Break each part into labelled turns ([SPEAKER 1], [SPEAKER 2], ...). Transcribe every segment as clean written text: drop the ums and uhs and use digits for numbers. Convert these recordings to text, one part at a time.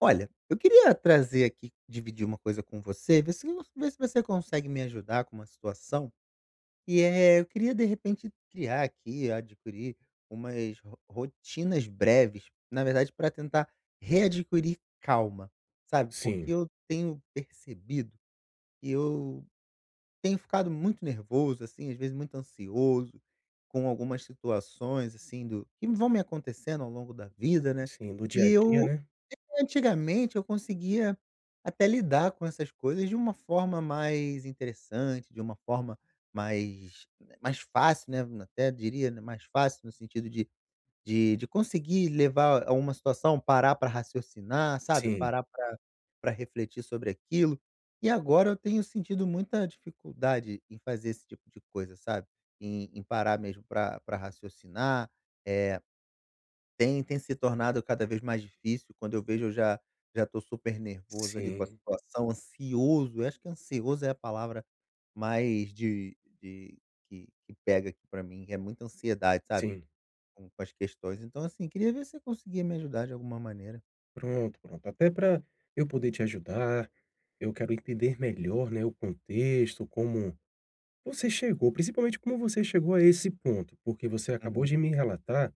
[SPEAKER 1] Olha, eu queria trazer aqui, dividir uma coisa com você, ver se você consegue me ajudar com uma situação. Eu queria, de repente, criar aqui, adquirir umas rotinas breves, na verdade, para tentar readquirir calma, sabe? Porque
[SPEAKER 2] Sim,
[SPEAKER 1] eu tenho percebido que eu tenho ficado muito nervoso, assim, às vezes muito ansioso com algumas situações, assim, que vão me acontecendo ao longo da vida, né?
[SPEAKER 2] sim, do dia
[SPEAKER 1] E
[SPEAKER 2] a dia,
[SPEAKER 1] eu
[SPEAKER 2] né.
[SPEAKER 1] Antigamente eu conseguia até lidar com essas coisas de uma forma mais interessante, de uma forma mais né, mais fácil, né, até diria, né, mais fácil no sentido de conseguir levar a uma situação, parar para raciocinar, sabe,
[SPEAKER 2] Sim,
[SPEAKER 1] parar para pra refletir sobre aquilo. E agora eu tenho sentido muita dificuldade em fazer esse tipo de coisa, sabe, em parar mesmo para pra raciocinar, eh tem, tem se tornado cada vez mais difícil, quando eu vejo eu já estou super nervoso ali com a
[SPEAKER 2] sim,
[SPEAKER 1] situação, ansioso, eu acho que ansioso é a palavra mais de que pega aqui para mim, é muita ansiedade, sabe,
[SPEAKER 2] sim.
[SPEAKER 1] com as questões. Então assim, queria ver se você conseguia me ajudar de alguma maneira.
[SPEAKER 2] Pronto, pronto. Até para eu poder te ajudar, eu quero entender melhor, né, o contexto, como você chegou, principalmente como você chegou a esse ponto, porque você acabou
[SPEAKER 1] Uhum.
[SPEAKER 2] de me relatar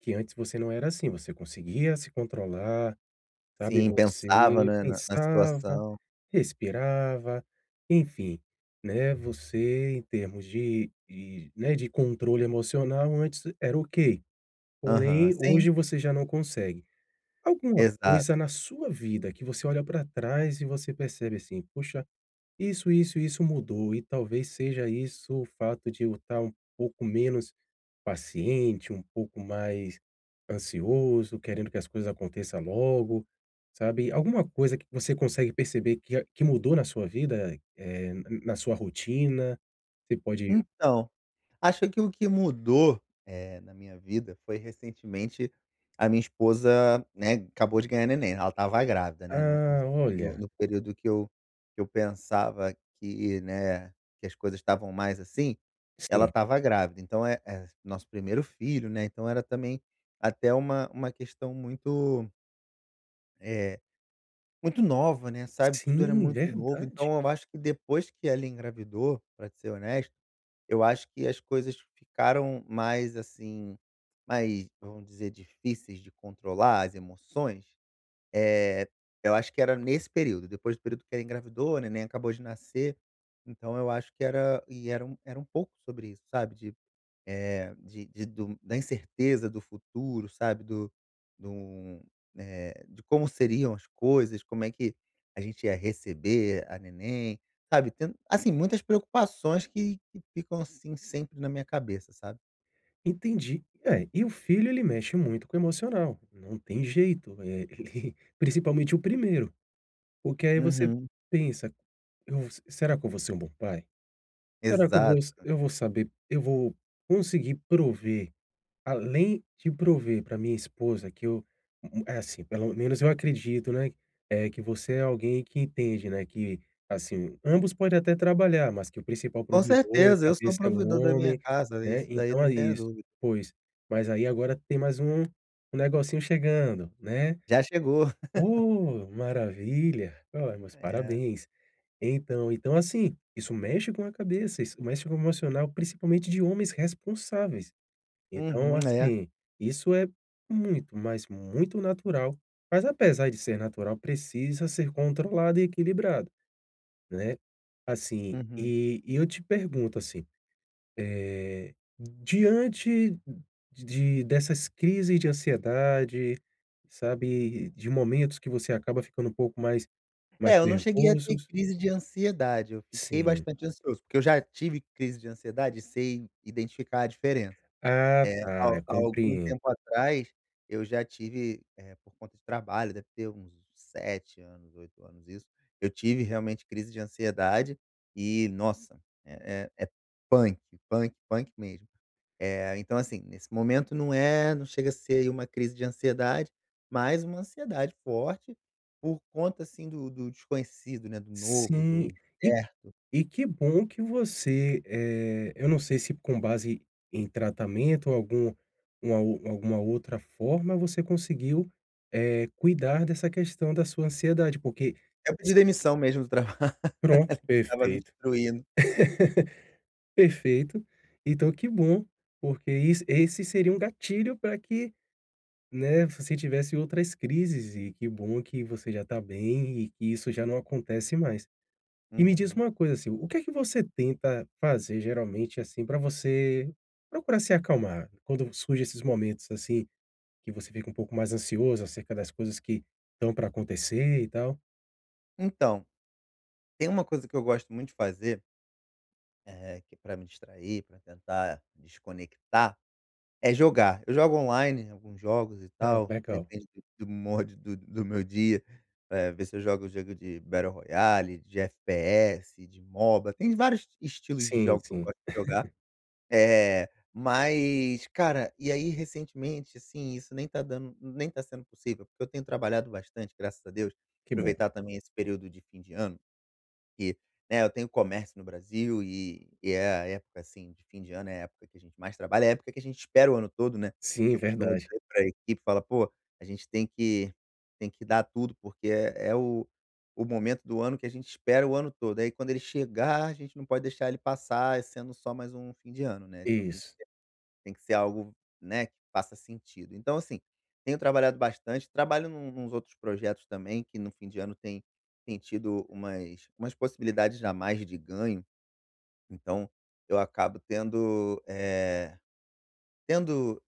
[SPEAKER 2] que antes você não era assim, você conseguia se controlar, sabe,
[SPEAKER 1] Sim, pensava,
[SPEAKER 2] você
[SPEAKER 1] né, na
[SPEAKER 2] pensava,
[SPEAKER 1] situação.
[SPEAKER 2] respirava, enfim, né, você em termos de, né, de controle emocional antes era ok.
[SPEAKER 1] Aham,
[SPEAKER 2] Porém,
[SPEAKER 1] sim,
[SPEAKER 2] hoje você já não consegue. Alguma
[SPEAKER 1] exato.
[SPEAKER 2] coisa na sua vida que você olha para trás e você percebe assim: "Puxa, isso mudou", e talvez seja isso o fato de eu estar um pouco menos paciente, um pouco mais ansioso, querendo que as coisas aconteçam logo, sabe. Alguma coisa que você consegue perceber que a que mudou na sua vida, na sua rotina? Você pode:
[SPEAKER 1] Então, acho que o que mudou, na minha vida foi recentemente a minha esposa, né, acabou de ganhar neném, ela estava grávida, né, no
[SPEAKER 2] "Ah,
[SPEAKER 1] no
[SPEAKER 2] olha".
[SPEAKER 1] no período que eu pensava que, né, que as coisas estavam mais assim, ela
[SPEAKER 2] Sim.
[SPEAKER 1] estava grávida. Então é nosso primeiro filho, né, então era também até uma questão muito, eh, muito nova, né, sabe, tudo era
[SPEAKER 2] Sim,
[SPEAKER 1] muito novo,
[SPEAKER 2] verdade.
[SPEAKER 1] então eu acho que depois que ela engravidou, para ser honesto eu acho que as coisas ficaram mais, assim, mais, vamos dizer, difíceis de controlar as emoções, eh, eu acho que era nesse período, depois do período que ela engravidou, né, nem acabou de nascer, então eu acho que era um pouco sobre isso, sabe, de eh, de do da incerteza do futuro, sabe, do, um, de como seriam as coisas, como é que a gente ia receber a neném, sabe, tendo, assim, muitas preocupações que ficam, assim, sempre na minha cabeça, sabe.
[SPEAKER 2] Entendi. É, e o filho ele mexe muito com o emocional, não tem jeito, eh, ele principalmente o primeiro, porque aí você
[SPEAKER 1] Uhum.
[SPEAKER 2] pensa: "Eu, será que eu vou ser um bom pai? Será que eu vou,
[SPEAKER 1] Exato.
[SPEAKER 2] eu vou saber, eu vou conseguir prover? Além de prover para minha esposa que eu, é assim, pelo menos eu acredito, né, que você é alguém que entende, né, que, assim, ambos podem até trabalhar, mas que o principal
[SPEAKER 1] Com
[SPEAKER 2] provedor,
[SPEAKER 1] certeza, eu sou o
[SPEAKER 2] cabeça é o
[SPEAKER 1] provedor da minha
[SPEAKER 2] homem,
[SPEAKER 1] casa,
[SPEAKER 2] né,
[SPEAKER 1] isso daí
[SPEAKER 2] então
[SPEAKER 1] não
[SPEAKER 2] é
[SPEAKER 1] tenha
[SPEAKER 2] isso".
[SPEAKER 1] dúvida.
[SPEAKER 2] Pois, mas aí agora tem mais um negocinho chegando, né.
[SPEAKER 1] Já chegou.
[SPEAKER 2] Oh, maravilha! Olha, meus
[SPEAKER 1] É.
[SPEAKER 2] parabéns. Então, assim, isso mexe com a cabeça, isso mexe com o emocional, principalmente de homens responsáveis. Então,
[SPEAKER 1] Uhum, é.
[SPEAKER 2] assim, isso é muito, mas muito natural. Mas apesar de ser natural, precisa ser controlado e equilibrado, né. Assim,
[SPEAKER 1] Uhum.
[SPEAKER 2] e eu te pergunto, assim, eh, diante de dessas crises de ansiedade, sabe, de momentos que você acaba ficando um pouco mais
[SPEAKER 1] É, eu não cheguei a ter
[SPEAKER 2] nervosos.
[SPEAKER 1] crise de ansiedade, eu fiquei
[SPEAKER 2] Sim.
[SPEAKER 1] bastante ansioso, porque eu já tive crise de ansiedade e sei identificar a diferença.
[SPEAKER 2] Ah,
[SPEAKER 1] É, há
[SPEAKER 2] tá,
[SPEAKER 1] algum
[SPEAKER 2] compreendo.
[SPEAKER 1] tempo atrás, eu já tive, por conta de trabalho, deve ter uns 7 anos, 8 anos isso, eu tive realmente crise de ansiedade e, nossa, é punk, punk mesmo. Então assim, nesse momento não é não chega a ser uma crise de ansiedade, mas uma ansiedade forte por conta, assim, do desconhecido, né, do novo, do
[SPEAKER 2] Sim. E,
[SPEAKER 1] incerto.
[SPEAKER 2] e que bom que você, eh, eu não sei se com base em tratamento ou algum, uma ou- alguma outra forma, você conseguiu, eh, cuidar dessa questão da sua ansiedade, porque
[SPEAKER 1] É pedir demissão mesmo do trabalho
[SPEAKER 2] pronto,
[SPEAKER 1] que estava me
[SPEAKER 2] perfeito,
[SPEAKER 1] destruindo.
[SPEAKER 2] perfeito. Então que bom, porque is esse seria um gatilho para que, né, você tivesse outras crises, e que bom que você já está bem e que isso já não acontece mais. E me diz
[SPEAKER 1] Uhum.
[SPEAKER 2] uma coisa, assim, o que é que você tenta fazer geralmente, assim, para você procurar se acalmar quando surgem esses momentos, assim, que você fica um pouco mais ansioso acerca das coisas que estão para acontecer e tal?
[SPEAKER 1] Então, tem uma coisa que eu gosto muito de fazer, que para me distrair, para tentar desconectar, é jogar. Eu jogo online alguns jogos e
[SPEAKER 2] Ah,
[SPEAKER 1] tal,
[SPEAKER 2] legal.
[SPEAKER 1] depende do humor do meu dia, ver se eu jogo de Battle Royale, de FPS, de MOBA, tem vários estilos de
[SPEAKER 2] Sim,
[SPEAKER 1] jogo que eu
[SPEAKER 2] sim.
[SPEAKER 1] gosto de jogar. É, mas, cara, e aí recentemente, assim, isso nem tá dando nem tá sendo possível, porque eu tenho trabalhado bastante, graças a Deus,
[SPEAKER 2] Que bom.
[SPEAKER 1] aproveitar também esse período de fim de ano que, né, eu tenho comércio no Brasil e é a época, assim, de fim de ano, é a época que a gente mais trabalha, é a época que a gente espera o ano todo, né.
[SPEAKER 2] Sim,
[SPEAKER 1] Eu costumo
[SPEAKER 2] verdade.
[SPEAKER 1] dizer para a equipe, fala: "Pô, a gente tem que dar tudo, porque é o momento do ano que a gente espera o ano todo. Aí quando ele chegar, a gente não pode deixar ele passar sendo só mais um fim de ano, né, então
[SPEAKER 2] Isso.
[SPEAKER 1] tem que ser algo, né, que faça sentido. Então, assim, tenho trabalhado bastante, trabalho num nos outros projetos também, que no fim de ano tem tido umas possibilidades a mais de ganho, então eu acabo tendo, tendo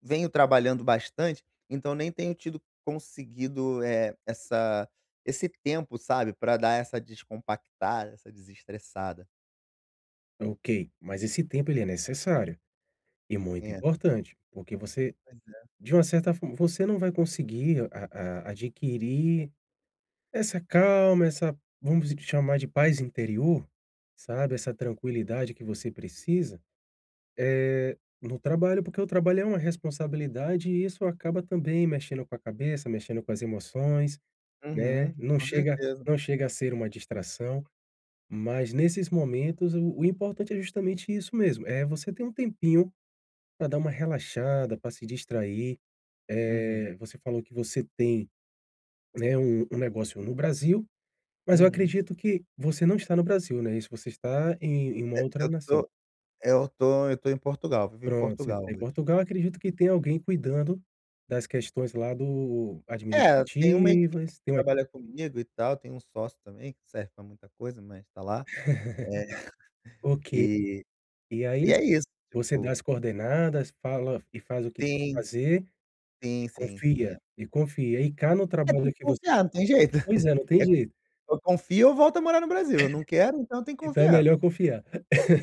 [SPEAKER 1] venho trabalhando bastante, então nem tenho tido conseguido, essa esse tempo, sabe, para dar essa descompactada, essa desestressada.
[SPEAKER 2] Ok, mas esse tempo ele é necessário e muito
[SPEAKER 1] É,
[SPEAKER 2] importante, porque você,
[SPEAKER 1] pois é.
[SPEAKER 2] de uma certa forma, você não vai conseguir a adquirir essa calma, essa, vamos chamar de, paz interior, sabe, essa tranquilidade que você precisa, eh, no trabalho, porque o trabalho é uma responsabilidade e isso acaba também mexendo com a cabeça, mexendo com as emoções, né,
[SPEAKER 1] Uhum, com certeza.
[SPEAKER 2] não chega a ser uma distração, mas nesses momentos o importante é justamente isso mesmo, é você ter um tempinho para dar uma relaxada, para se distrair.
[SPEAKER 1] Uhum,
[SPEAKER 2] Eh, você falou que você tem, né, um negócio no Brasil. Mas eu
[SPEAKER 1] uhum.
[SPEAKER 2] acredito que você não está no Brasil, né, isso você está em uma
[SPEAKER 1] É,
[SPEAKER 2] outra
[SPEAKER 1] eu
[SPEAKER 2] nação.
[SPEAKER 1] tô Eu tô eu tô em Portugal, vivo em
[SPEAKER 2] Pronto, você
[SPEAKER 1] Portugal
[SPEAKER 2] tá em
[SPEAKER 1] hoje.
[SPEAKER 2] Portugal, acredito que tem alguém cuidando das questões lá do
[SPEAKER 1] É, tem uma equipe
[SPEAKER 2] administrativas,
[SPEAKER 1] que
[SPEAKER 2] tem uma,
[SPEAKER 1] trabalha comigo e tal, tem um sócio também, que serve pra muita coisa, mas tá lá. É,
[SPEAKER 2] ok.
[SPEAKER 1] e
[SPEAKER 2] E aí,
[SPEAKER 1] e é
[SPEAKER 2] assim,
[SPEAKER 1] isso,
[SPEAKER 2] você dá
[SPEAKER 1] tipo
[SPEAKER 2] as coordenadas, fala e faz o que tem que
[SPEAKER 1] Sim,
[SPEAKER 2] fazer e
[SPEAKER 1] sim, sim, sim.
[SPEAKER 2] confia,
[SPEAKER 1] É,
[SPEAKER 2] e confia. E cá no
[SPEAKER 1] É, tem
[SPEAKER 2] trabalho
[SPEAKER 1] que
[SPEAKER 2] que você,
[SPEAKER 1] confiar, não tem jeito.
[SPEAKER 2] pois é, não tem jeito,
[SPEAKER 1] eu confio eu volto a morar no Brasil, eu não quero, então eu tenho que
[SPEAKER 2] então é
[SPEAKER 1] confiar.
[SPEAKER 2] melhor confiar.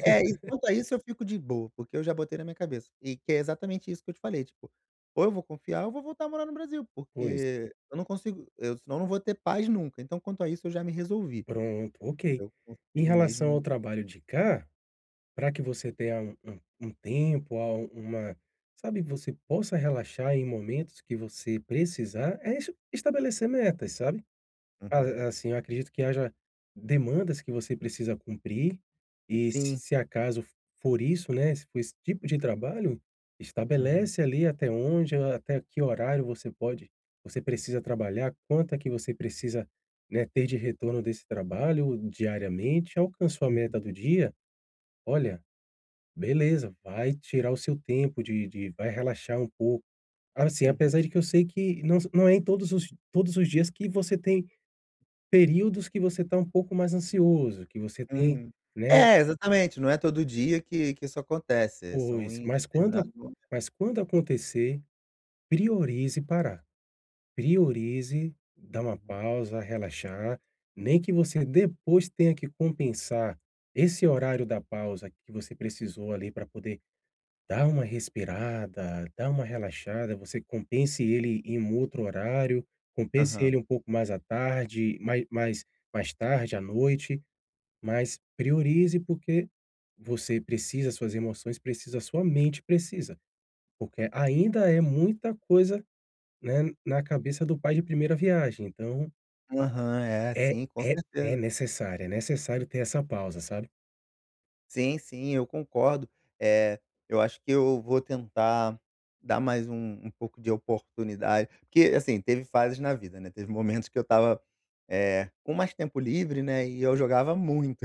[SPEAKER 1] É, e quanto a isso eu fico de boa, porque eu já botei na minha cabeça, e que é exatamente isso que eu te falei, tipo, ou eu vou confiar ou eu vou voltar a morar no Brasil,
[SPEAKER 2] Pois,
[SPEAKER 1] porque eu não consigo eu senão eu não vou ter paz nunca, então quanto a isso eu já me resolvi.
[SPEAKER 2] pronto, ok.
[SPEAKER 1] Eu
[SPEAKER 2] Em
[SPEAKER 1] consigo
[SPEAKER 2] relação ao
[SPEAKER 1] mesmo
[SPEAKER 2] trabalho de cá, para que você tenha um tempo, a, um, uma, sabe, você possa relaxar em momentos que você precisar, é es estabelecer metas, sabe.
[SPEAKER 1] uhum.
[SPEAKER 2] A assim, eu acredito que haja demandas que você precisa cumprir, e se
[SPEAKER 1] Sim.
[SPEAKER 2] se acaso for isso, né, se for esse tipo de trabalho,
[SPEAKER 1] Uhum,
[SPEAKER 2] estabelece ali até onde, até que horário você pode, você precisa trabalhar, quanto é que você precisa, né, ter de retorno desse trabalho diariamente. Alcançou a
[SPEAKER 1] uhum,
[SPEAKER 2] meta do dia? Olha, beleza, vai tirar o seu tempo de vai relaxar um pouco. Assim,
[SPEAKER 1] uhum,
[SPEAKER 2] apesar de que eu sei que não é em todos os dias que você tem períodos que você está um pouco mais ansioso, que você tem,
[SPEAKER 1] uhum.
[SPEAKER 2] né,
[SPEAKER 1] É, exatamente, não é todo dia que isso acontece, são
[SPEAKER 2] os
[SPEAKER 1] em
[SPEAKER 2] mas quando a-
[SPEAKER 1] determinados momentos.
[SPEAKER 2] mas quando acontecer, priorize parar. Priorize dar uma
[SPEAKER 1] Uhum.
[SPEAKER 2] pausa, relaxar, nem que você depois tenha que compensar esse horário da pausa que você precisou ali para poder dá uma respirada, dá uma relaxada, você compense ele em um outro horário, compense
[SPEAKER 1] Aham.
[SPEAKER 2] ele um pouco mais à tarde, mais tarde, à noite, mas priorize, porque você precisa, suas emoções precisa, sua mente precisa, porque ainda é muita coisa, né, na cabeça do pai de primeira viagem, então
[SPEAKER 1] Aham, é,
[SPEAKER 2] é
[SPEAKER 1] sim, com certeza.
[SPEAKER 2] é necessário ter essa pausa, sabe.
[SPEAKER 1] Sim, sim, eu concordo. É eu acho que eu vou tentar dar mais um pouco de oportunidade, porque, assim, teve fases na vida, né, teve momentos que eu tava com mais tempo livre, né, e eu jogava muito.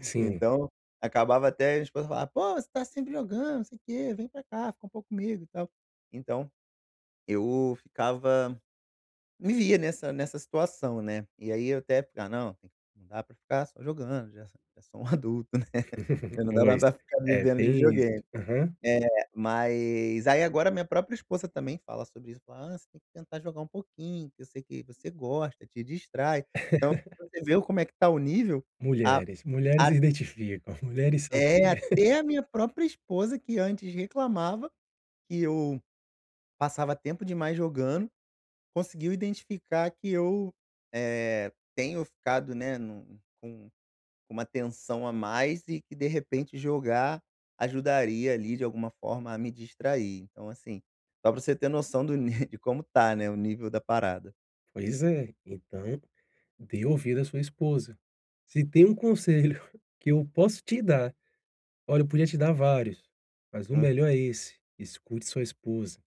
[SPEAKER 2] Sim.
[SPEAKER 1] Então, acabava até a esposa falava: "Pô, você tá sempre jogando, não sei o quê, vem pra cá, fica um pouco comigo e tal". Então, eu ficava me via nessa situação, né. E aí eu até: "Ah, não, tem não dá pra ficar só jogando, já sou um adulto, né, já não dá mais
[SPEAKER 2] Pois.
[SPEAKER 1] pra ficar
[SPEAKER 2] É,
[SPEAKER 1] vivendo de
[SPEAKER 2] tem isso.
[SPEAKER 1] videogame".
[SPEAKER 2] Aham.
[SPEAKER 1] É, mas aí agora minha própria esposa também fala sobre isso, fala: "Ah, você tem que tentar jogar um pouquinho, que eu sei que você gosta, te distrai". Então, você vê como é que tá o nível, a
[SPEAKER 2] Mulheres, mulheres identificam, mulheres sabem.
[SPEAKER 1] É, até a minha própria esposa, que antes reclamava que eu passava tempo demais jogando, conseguiu identificar que eu, tenho ficado, né, num com uma tensão a mais e que, de repente, jogar ajudaria ali, de alguma forma, a me distrair. Então, assim, só pra você ter noção do ni de como tá, né, o nível da parada.
[SPEAKER 2] Pois é, então dê ouvido à sua esposa. Se tem um conselho que eu posso te dar, olha, eu podia te dar vários, mas o melhor
[SPEAKER 1] Aham.
[SPEAKER 2] é esse: escute sua esposa,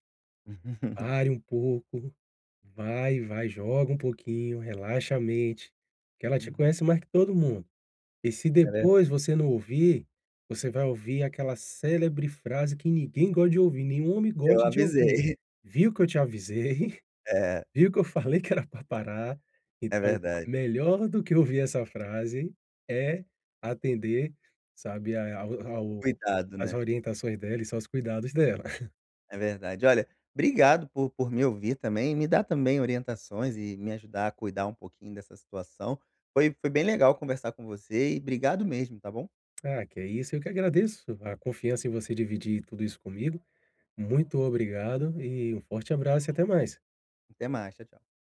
[SPEAKER 2] pare um pouco, vai, vai, joga um pouquinho, relaxa a mente, que ela te
[SPEAKER 1] Uhum.
[SPEAKER 2] conhece mais que todo mundo. E se
[SPEAKER 1] É verda
[SPEAKER 2] depois você não ouvir, você vai ouvir aquela célebre frase que ninguém gosta de ouvir, nenhum homem
[SPEAKER 1] eu
[SPEAKER 2] gosta de ouvir:
[SPEAKER 1] avisei.
[SPEAKER 2] "Viu que eu te avisei?"
[SPEAKER 1] É,
[SPEAKER 2] Viu que eu falei que era para parar?
[SPEAKER 1] é
[SPEAKER 2] Então,
[SPEAKER 1] verdade.
[SPEAKER 2] melhor do que ouvir essa frase é atender, sabe, a ao ao
[SPEAKER 1] Cuidado,
[SPEAKER 2] às
[SPEAKER 1] né.
[SPEAKER 2] orientações dela e só aos cuidados dela.
[SPEAKER 1] É verdade. Olha, obrigado por me ouvir também, me dar também orientações e me ajudar a cuidar um pouquinho dessa situação. Foi bem legal conversar com você e obrigado mesmo, tá bom?
[SPEAKER 2] Ah, que é isso, eu que agradeço a confiança em você dividir tudo isso comigo. Muito obrigado e um forte abraço e até mais.
[SPEAKER 1] Até mais. Tchau, tchau.